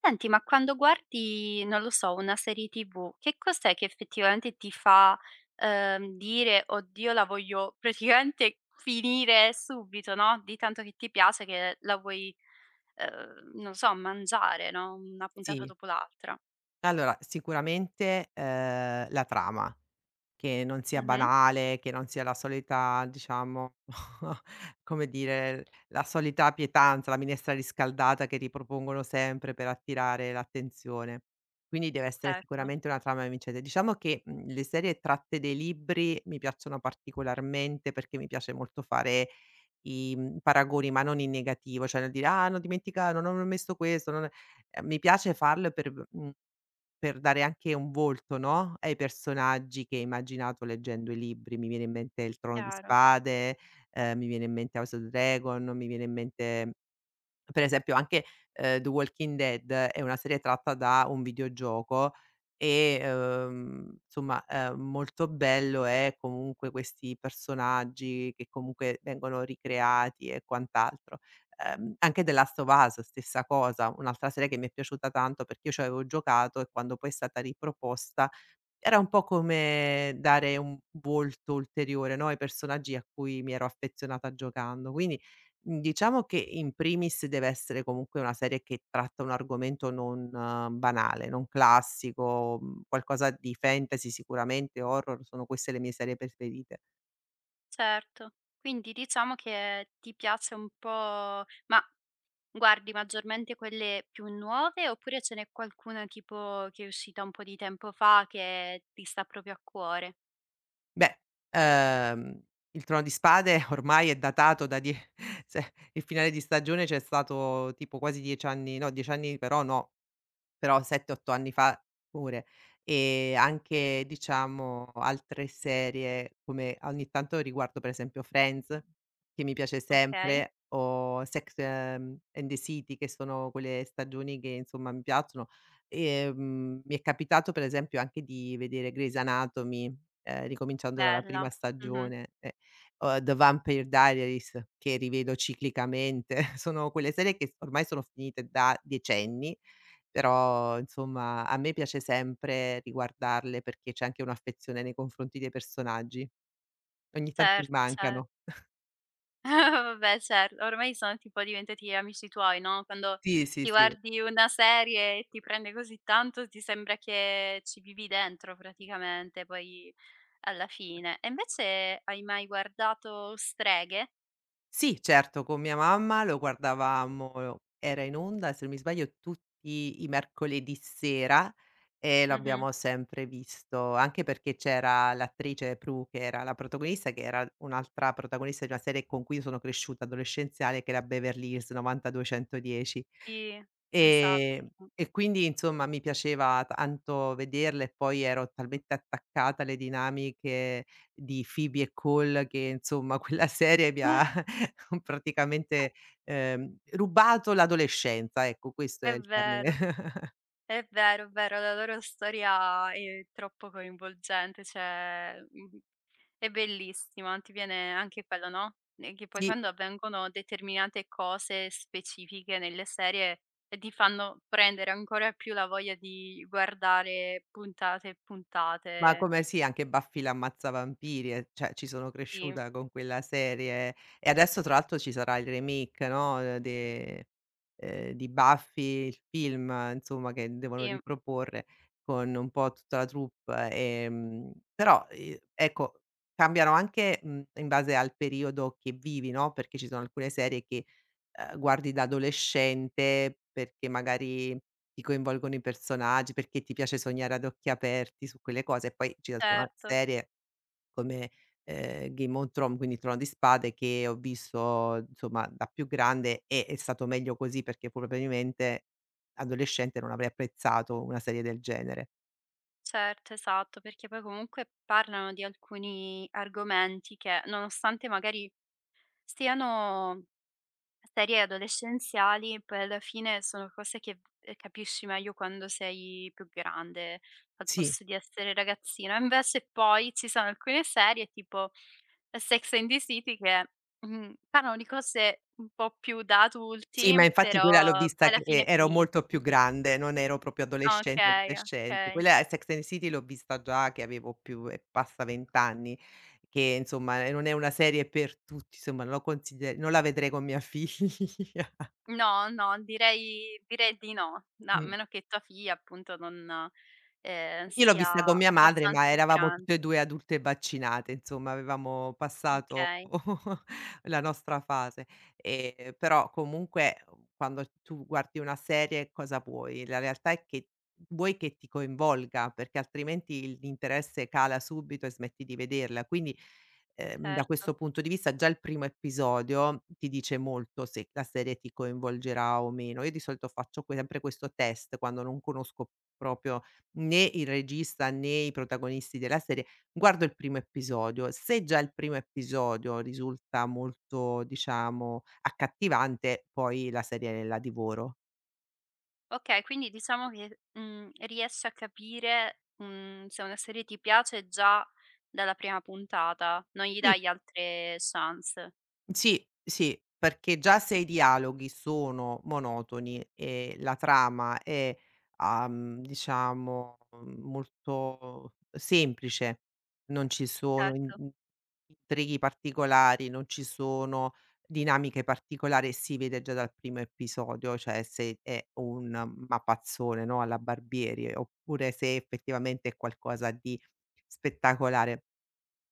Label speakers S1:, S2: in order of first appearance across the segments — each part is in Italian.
S1: Senti, ma quando guardi, non lo so, una serie TV, che cos'è che effettivamente ti fa, dire: "Oddio, la voglio praticamente finire subito", no, di tanto che ti piace che la vuoi, non so, mangiare, no, una puntata
S2: Sì,
S1: dopo l'altra.
S2: allora sicuramente, la trama, che non sia
S1: Mh-mh,
S2: banale, che non sia la solita diciamo, come dire, la solita pietanza, la minestra riscaldata che ripropongono sempre per attirare l'attenzione. Quindi deve essere
S1: certo,
S2: sicuramente una trama vincente. Diciamo che, le serie tratte dai libri mi piacciono particolarmente perché mi piace molto fare i, paragoni, ma non in negativo, cioè nel dire: "Ah, hanno dimenticato, non hanno messo questo, non" mi piace farlo per, mhmm per dare anche un volto, no, ai personaggi che hai immaginato leggendo i libri. Mi viene in mente il Trono di
S1: chiaro.
S2: Spade, mi viene in mente House of Dragon, mi viene in mente per esempio anche, The Walking Dead è una serie tratta da un videogioco e, insomma, molto bello è comunque questi personaggi che comunque vengono ricreati e quant'altro. Anche The Last of Us stessa cosa, un'altra serie che mi è piaciuta tanto perché io ci avevo giocato e quando poi è stata riproposta era un po' come dare un volto ulteriore, no, ai personaggi a cui mi ero affezionata giocando. Quindi, diciamo che in primis deve essere comunque una serie che tratta un argomento non banale, non classico, qualcosa di fantasy sicuramente, horror, sono queste le mie serie preferite.
S1: Certo. Quindi diciamo che ti piace un po', ma guardi maggiormente quelle più nuove oppure ce n'è qualcuna tipo che è uscita un po' di tempo fa che ti sta proprio a cuore?
S2: Beh, ehm, Il Trono di Spade ormai è datato da die se il finale di stagione c'è stato tipo quasi 10 anni no, 10 anni però no, però 7, 8 anni fa pure. E anche diciamo altre serie come ogni tanto riguardo per esempio Friends, che mi piace
S1: Okay,
S2: sempre, o Sex, and the City che sono quelle stagioni che insomma mi piacciono. Mi è capitato per esempio anche di vedere Grey's Anatomy, ricominciando dalla
S1: bella.
S2: prima
S1: Mh-mh.
S2: stagione, o The Vampire Diaries che rivedo ciclicamente. Sono quelle serie che ormai sono finite da decenni, però insomma a me piace sempre riguardarle perché c'è anche un'affezione nei confronti dei personaggi. Ogni tanto mi
S1: Certo, cer.
S2: mancano.
S1: Vabbè, cer, ormai sono tipo diventati amici tuoi, no, quando
S2: Sì, sì,
S1: ti
S2: sì.
S1: guardi una serie e ti prende così tanto ti sembra che ci vivi dentro praticamente poi alla fine. E invece hai mai guardato Streghe?
S2: Sì, certo, con mia mamma lo guardavamo era in onda, se non mi sbaglio, tutti i mercoledì sera e
S1: Mh-mh.
S2: l'abbiamo sempre visto, anche perché c'era l'attrice Prue che era la protagonista, che era un'altra protagonista di una serie con cui sono cresciuta adolescenziale che era Beverly Hills 90210.
S1: Sì,
S2: Ehm,
S1: esatto.
S2: e quindi insomma mi piaceva tanto vederle e poi ero talmente attaccata alle dinamiche di Phoebe e Cole che insomma quella serie mi ha praticamente, rubato l'adolescenza, ecco questo è
S1: È
S2: il termine.
S1: vero, è vero, è vero, la loro storia è troppo coinvolgente, cioè, mhmm. È bellissima, ti viene anche quello, no, che poi
S2: Sì.
S1: quando avvengono determinate cose specifiche nelle serie, ti fanno prendere ancora più la voglia di guardare puntate e
S2: Ma
S1: puntate.
S2: come sì, anche Buffy l'ammazzavampiri, cioè ci sono
S1: Sì,
S2: cresciuta con quella serie e adesso tra l'altro ci sarà il remake, no, de di Buffy, il film insomma che devono
S1: sì,
S2: riproporre con un po' tutta la troupe, però, ecco cambiano anche, in base al periodo che vivi, no, perché ci sono alcune serie che guardi da adolescente perché magari ti coinvolgono i personaggi, perché ti piace sognare ad occhi aperti su quelle cose e poi ci sono altre
S1: certo,
S2: serie come, Game of Thrones, quindi Trono di Spade che ho visto insomma da più grande e è stato meglio così perché probabilmente adolescente non avrei apprezzato una serie del genere.
S1: certo, esatto, perché poi comunque parlano di alcuni argomenti che, nonostante magari stiano. Serie adolescenziali poi alla fine sono cose che, capisci meglio quando sei più grande, al
S2: Sì.
S1: posto di essere ragazzina. Invece poi ci sono alcune serie tipo Sex and the City che, mhmm, parlano di cose un po' più da
S2: Sì, ma
S1: adulti,
S2: infatti
S1: però
S2: quella l'ho vista
S1: alla
S2: che
S1: fine
S2: ero molto più
S1: finiscono.
S2: grande, non ero proprio adolescente,
S1: Okay,
S2: adolescente.
S1: okay.
S2: Quella è Sex and the City l'ho vista già che avevo più e passa 20 anni, che insomma, non è una serie per tutti, insomma, non la vedrei con mia figlia.
S1: No, no, direi, direi di no. No, a meno che tua figlia appunto non,
S2: Io l'ho vista
S1: sia
S2: con mia madre,
S1: abbastanza
S2: ma eravamo
S1: gran,
S2: tutte e 2 adulte vaccinate, insomma avevamo passato
S1: okay,
S2: la nostra fase. Però comunque, quando tu guardi una serie cosa vuoi? La realtà è che vuoi che ti coinvolga, perché altrimenti il l'interesse cala subito e smetti di vederla. Quindi da
S1: certo.
S2: questo punto di vista già il primo episodio ti dice molto se la serie ti coinvolgerà o meno. Io di solito faccio que sempre questo test quando non conosco proprio né il regista né i protagonisti della serie, guardo il primo episodio. Se già il primo episodio risulta molto, diciamo, accattivante, poi la serie la divoro.
S1: Okay, quindi diciamo che, mhmm, riesci a capire, mhmm, se una serie ti piace già dalla prima puntata, non gli dai altre chance.
S2: Sì, sì, perché già se i dialoghi sono monotoni e la trama è, diciamo, molto semplice, non ci sono in
S1: Certo,
S2: in intrighi particolari, non ci sono dinamiche particolari e si vede già dal primo episodio, cioè se è un mappazzone, no, alla Barbieri, oppure se effettivamente è qualcosa di spettacolare.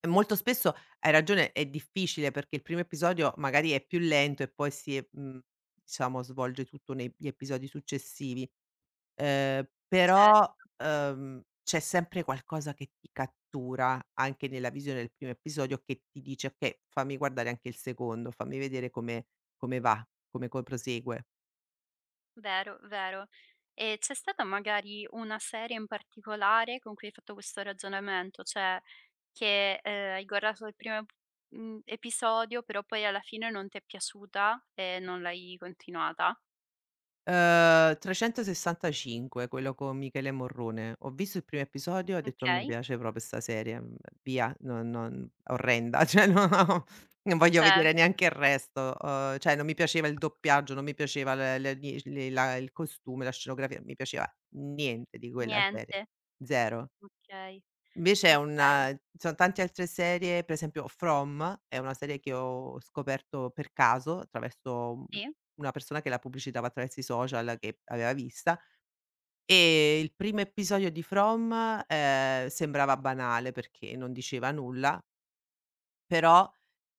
S2: E molto spesso hai ragione, è difficile perché il primo episodio magari è più lento e poi si, diciamo svolge tutto negli episodi successivi. Però,
S1: cer,
S2: c'è sempre qualcosa che ti cattura anche nella visione del primo episodio che ti dice: "Okay, fammi guardare anche il secondo, fammi vedere come va, come co prosegue".
S1: vero, vero. E c'è stata magari una serie in particolare con cui hai fatto questo ragionamento, cioè che, hai guardato il primo p, mhmm, episodio, però poi alla fine non ti è piaciuta e non l'hai continuata?
S2: 365, quello con Michele Morrone. Ho visto il primo episodio e ho detto: "Non mi
S1: Okay,
S2: piace proprio 'sta serie, via, no non orrenda, cioè no no, non voglio
S1: cer,
S2: vedere neanche il resto". Cioè non mi piaceva il doppiaggio, non mi piaceva l le gli le- la il costume, la scenografia, non mi piaceva niente di quella serie,
S1: niente.
S2: 0.
S1: Okay,
S2: Invece è
S1: okay,
S2: una ci sono tante altre serie, per esempio From è una serie che ho scoperto per caso attraverso,
S1: sì.
S2: una persona che la pubblicitava attraverso i social che aveva vista, e il primo episodio di From, sembrava banale perché non diceva nulla, però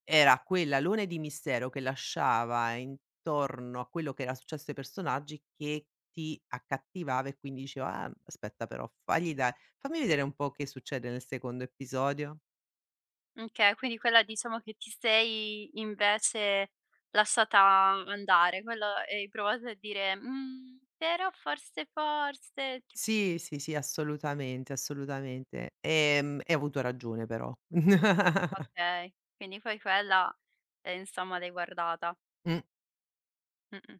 S2: era quell'alone di mistero che lasciava intorno a quello che era successo ai personaggi che ti accattivava e quindi diceva: "Ah, aspetta però, fagli da fammi vedere un po' che succede nel secondo episodio".
S1: Okay, quindi quella diciamo che ti sei invece lasciata andare, quello e hai provato a dire: "Mhmm, però forse, forse" ti,
S2: Sì, sì, sì, assolutamente, assolutamente. E ho avuto ragione però.
S1: okay, quindi poi quella, insomma l'hai guardata.
S2: Mh.
S1: Mh-mh.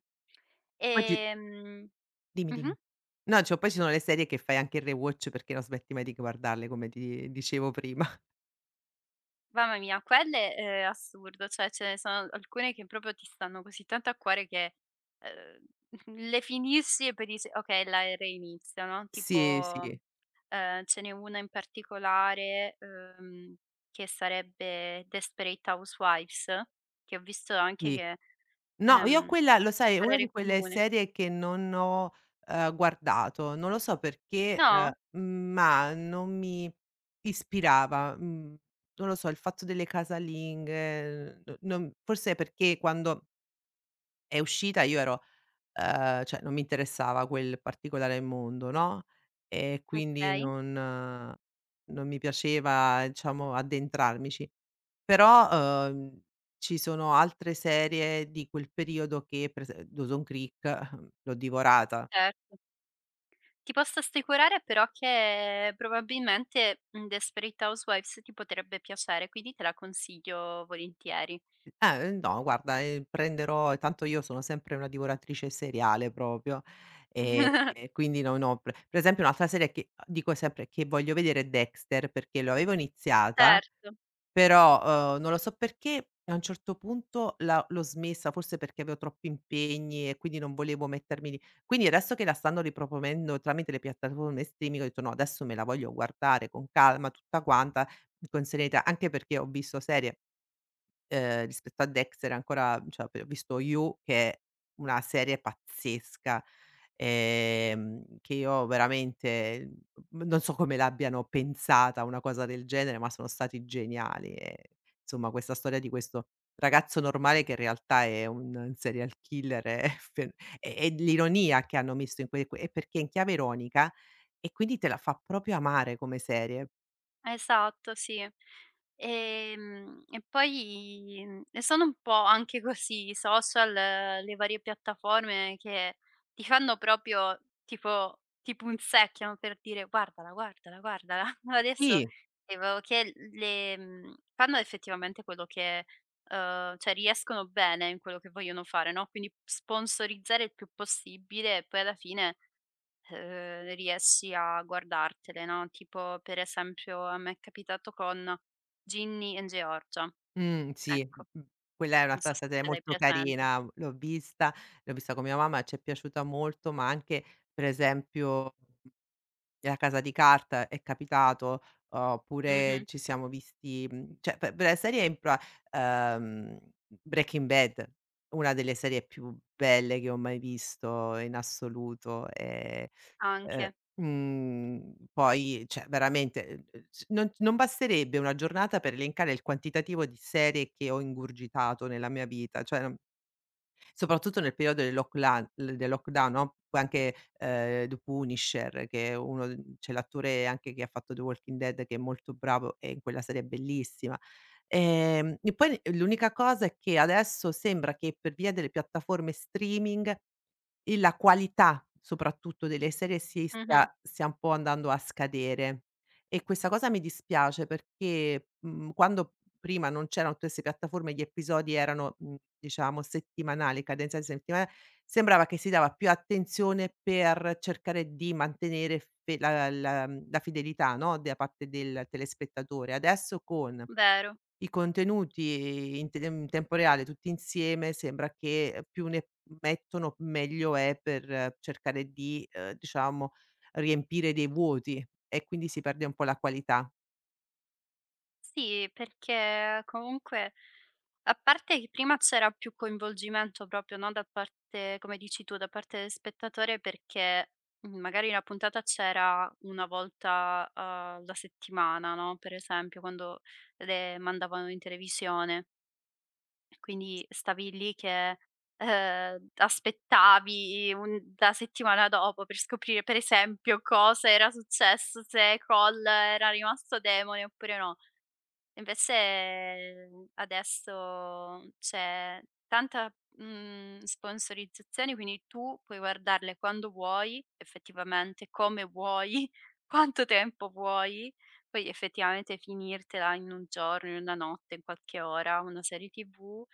S2: Poi ci
S1: Ehm
S2: Dimmi,
S1: mh-mh.
S2: dimmi. No, dicevo, poi ci sono le serie che fai anche il rewatch perché non smetti mai di guardarle, come ti dicevo prima.
S1: Mamma mia, quelle è assurdo, cioè ce ne sono alcune che proprio ti stanno così tanto a cuore che, ehm, le finisci e poi dici: "Okay, la reinizio", no,
S2: Sì,
S1: tipo,
S2: sì,
S1: ce n'è una in particolare, che sarebbe Desperate Housewives, che ho visto anche
S2: sì.
S1: che,
S2: No, io
S1: ehm
S2: quella lo sai, è una di
S1: parere
S2: quelle
S1: comune.
S2: serie che non ho, guardato. Non lo so perché,
S1: No?
S2: ma non mi ispirava. Mhmm, non lo so, il fatto delle casalinghe, n non forse è perché quando è uscita, io ero cioè non mi interessava quel particolare mondo, no, e quindi
S1: Okay,
S2: non mi piaceva, diciamo, addentrarmici. Però, ci sono altre serie di quel periodo che per ese Dawson Creek l'ho divorata.
S1: certo. Ti posso assicurare però che probabilmente, mhmm, Desperate Housewives ti potrebbe piacere, quindi te la consiglio volentieri.
S2: No guarda, prenderò tanto io sono sempre una divoratrice seriale proprio, e quindi non ho pre per esempio un'altra serie che dico sempre che voglio vedere è Dexter, perché lo avevo iniziata.
S1: Certo.
S2: Però, non lo so perché, a un certo punto la l'ho smessa, forse perché avevo troppi impegni e quindi non volevo mettermi lì. Quindi adesso che la stanno riproponendo tramite le piattaforme streaming, ho detto: "No, adesso me la voglio guardare con calma, tutta quanta, con serenità", anche perché ho visto serie rispetto a Dexter ancora cioè p ho visto You che è una serie pazzesca, che io veramente, non so come l'abbiano pensata una cosa del genere, ma sono stati geniali e insomma questa storia di questo ragazzo normale che in realtà è un serial killer e fe e l'ironia che hanno messo in que que è perché è in chiave ironica e quindi te la fa proprio amare come serie.
S1: Esatto, sì. E poi, mhmm, e sono un po' anche così i social, le varie piattaforme che ti fanno proprio tipo ti punzecchiano per dire: "Guardala, guardala, guardala". Adesso
S2: Sì.
S1: vedevo che le mhmm, fanno effettivamente quello che cioè riescono bene in quello che vogliono fare, no, quindi sponsorizzare il più possibile e poi alla fine riesci a guardartele, no, tipo per esempio a me è capitato con Ginny and Georgia,
S2: Sì,
S1: ecco,
S2: mh-mh. Quella è una
S1: non so se
S2: statale
S1: ce l'hai
S2: molto
S1: presente.
S2: carina, l'ho vista con mia mamma, ci è piaciuta molto, ma anche per esempio la Casa di Carta è capitato, oppure
S1: Mh-mh,
S2: ci siamo visti cioè pe per la serie in pra ehm, Breaking Bad, una delle serie più belle che ho mai visto in assoluto e, ehm,
S1: anche.
S2: poi cioè veramente, s non non basterebbe una giornata per elencare il quantitativo di serie che ho ingurgitato nella mia vita. Cioè non Soprattutto nel periodo del locklan del lockdown, no, poi anche, The Punisher che è uno d c'è l'attore anche che ha fatto The Walking Dead che è molto bravo e in quella serie è bellissima. E poi l'unica cosa è che adesso sembra che per via delle piattaforme streaming e la qualità soprattutto delle serie si
S1: Mh-mh,
S2: stia un po' andando a scadere e questa cosa mi dispiace perché, quando prima non c'erano tutte 'ste piattaforme, gli episodi erano, diciamo settimanali, cadenza settimanale, sembrava che si dava più attenzione per cercare di mantenere fe la la la mhmm, la fidelità, no, da parte del telespettatore. Adesso con
S1: vero.
S2: i contenuti in tempo reale tutti insieme sembra che più ne mettono meglio è per cercare di, diciamo riempire dei vuoti e quindi si perde un po' la qualità.
S1: Sì, perché comunque a parte che prima c'era più coinvolgimento proprio, no, da parte come dici tu, da parte del spettatore perché, mhmm, magari la puntata c'era una volta alla settimana, no, per esempio quando le mandavano in televisione. Quindi stavi lì che, aspettavi un la settimana dopo per scoprire, per esempio, cosa era successo, se Cole era rimasto demone oppure no. Invece adesso c'è tanta, mhmm, sponsorizzazione, quindi tu puoi guardarle quando vuoi, effettivamente, come vuoi, quanto tempo vuoi, poi effettivamente finirtela in un giorno, in una notte, in qualche ora, una serie TV.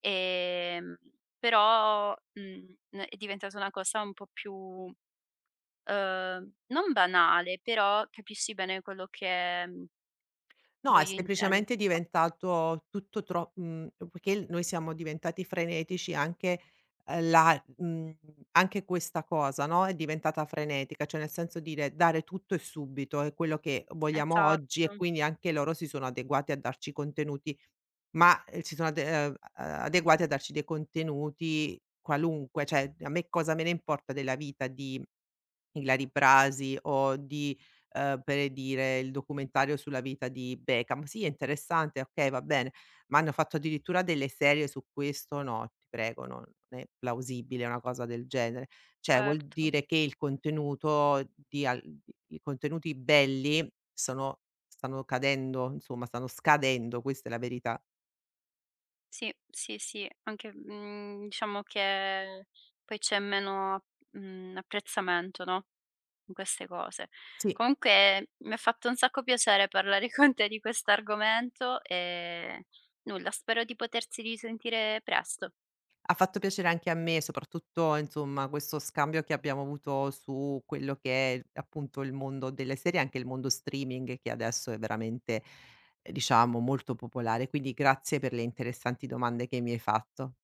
S1: Ehm, però, mhmm, n è diventata una cosa un po' più, non banale, però capisci bene quello che, mhmm,
S2: No, è
S1: voglio intende,
S2: semplicemente diventato tutto perché noi siamo diventati frenetici anche, ehm, la mhmm, anche questa cosa, no, è diventata frenetica, cioè nel senso dire dare tutto e subito, è quello che vogliamo oggi
S1: esatto,
S2: e quindi anche loro si sono adeguati a darci contenuti, ma, si sono adeguati a darci dei contenuti qualunque, cioè a me cosa me ne importa della vita di Ilary Brasi o di, per dire, il documentario sulla vita di Beckham. Sì, è interessante, okay, va bene, ma hanno fatto addirittura delle serie su questo, no, ti prego, non è plausibile una cosa del genere. Cioè, vuol
S1: certo.
S2: dire che il contenuto di al di i contenuti belli sono stanno cadendo, insomma, stanno scadendo, questa è la verità.
S1: Sì, sì, sì, anche, mhmm, diciamo che poi c'è meno, mhmm, apprezzamento, no, in queste cose.
S2: Sì.
S1: Comunque mi ha fatto un sacco piacere parlare con te di quest'argomento e nulla, spero di potersi risentire presto.
S2: Ha fatto piacere anche a me, soprattutto insomma questo scambio che abbiamo avuto su quello che è appunto il mondo delle serie, anche il mondo streaming che adesso è veramente, diciamo molto popolare. Quindi grazie per le interessanti domande che mi hai fatto.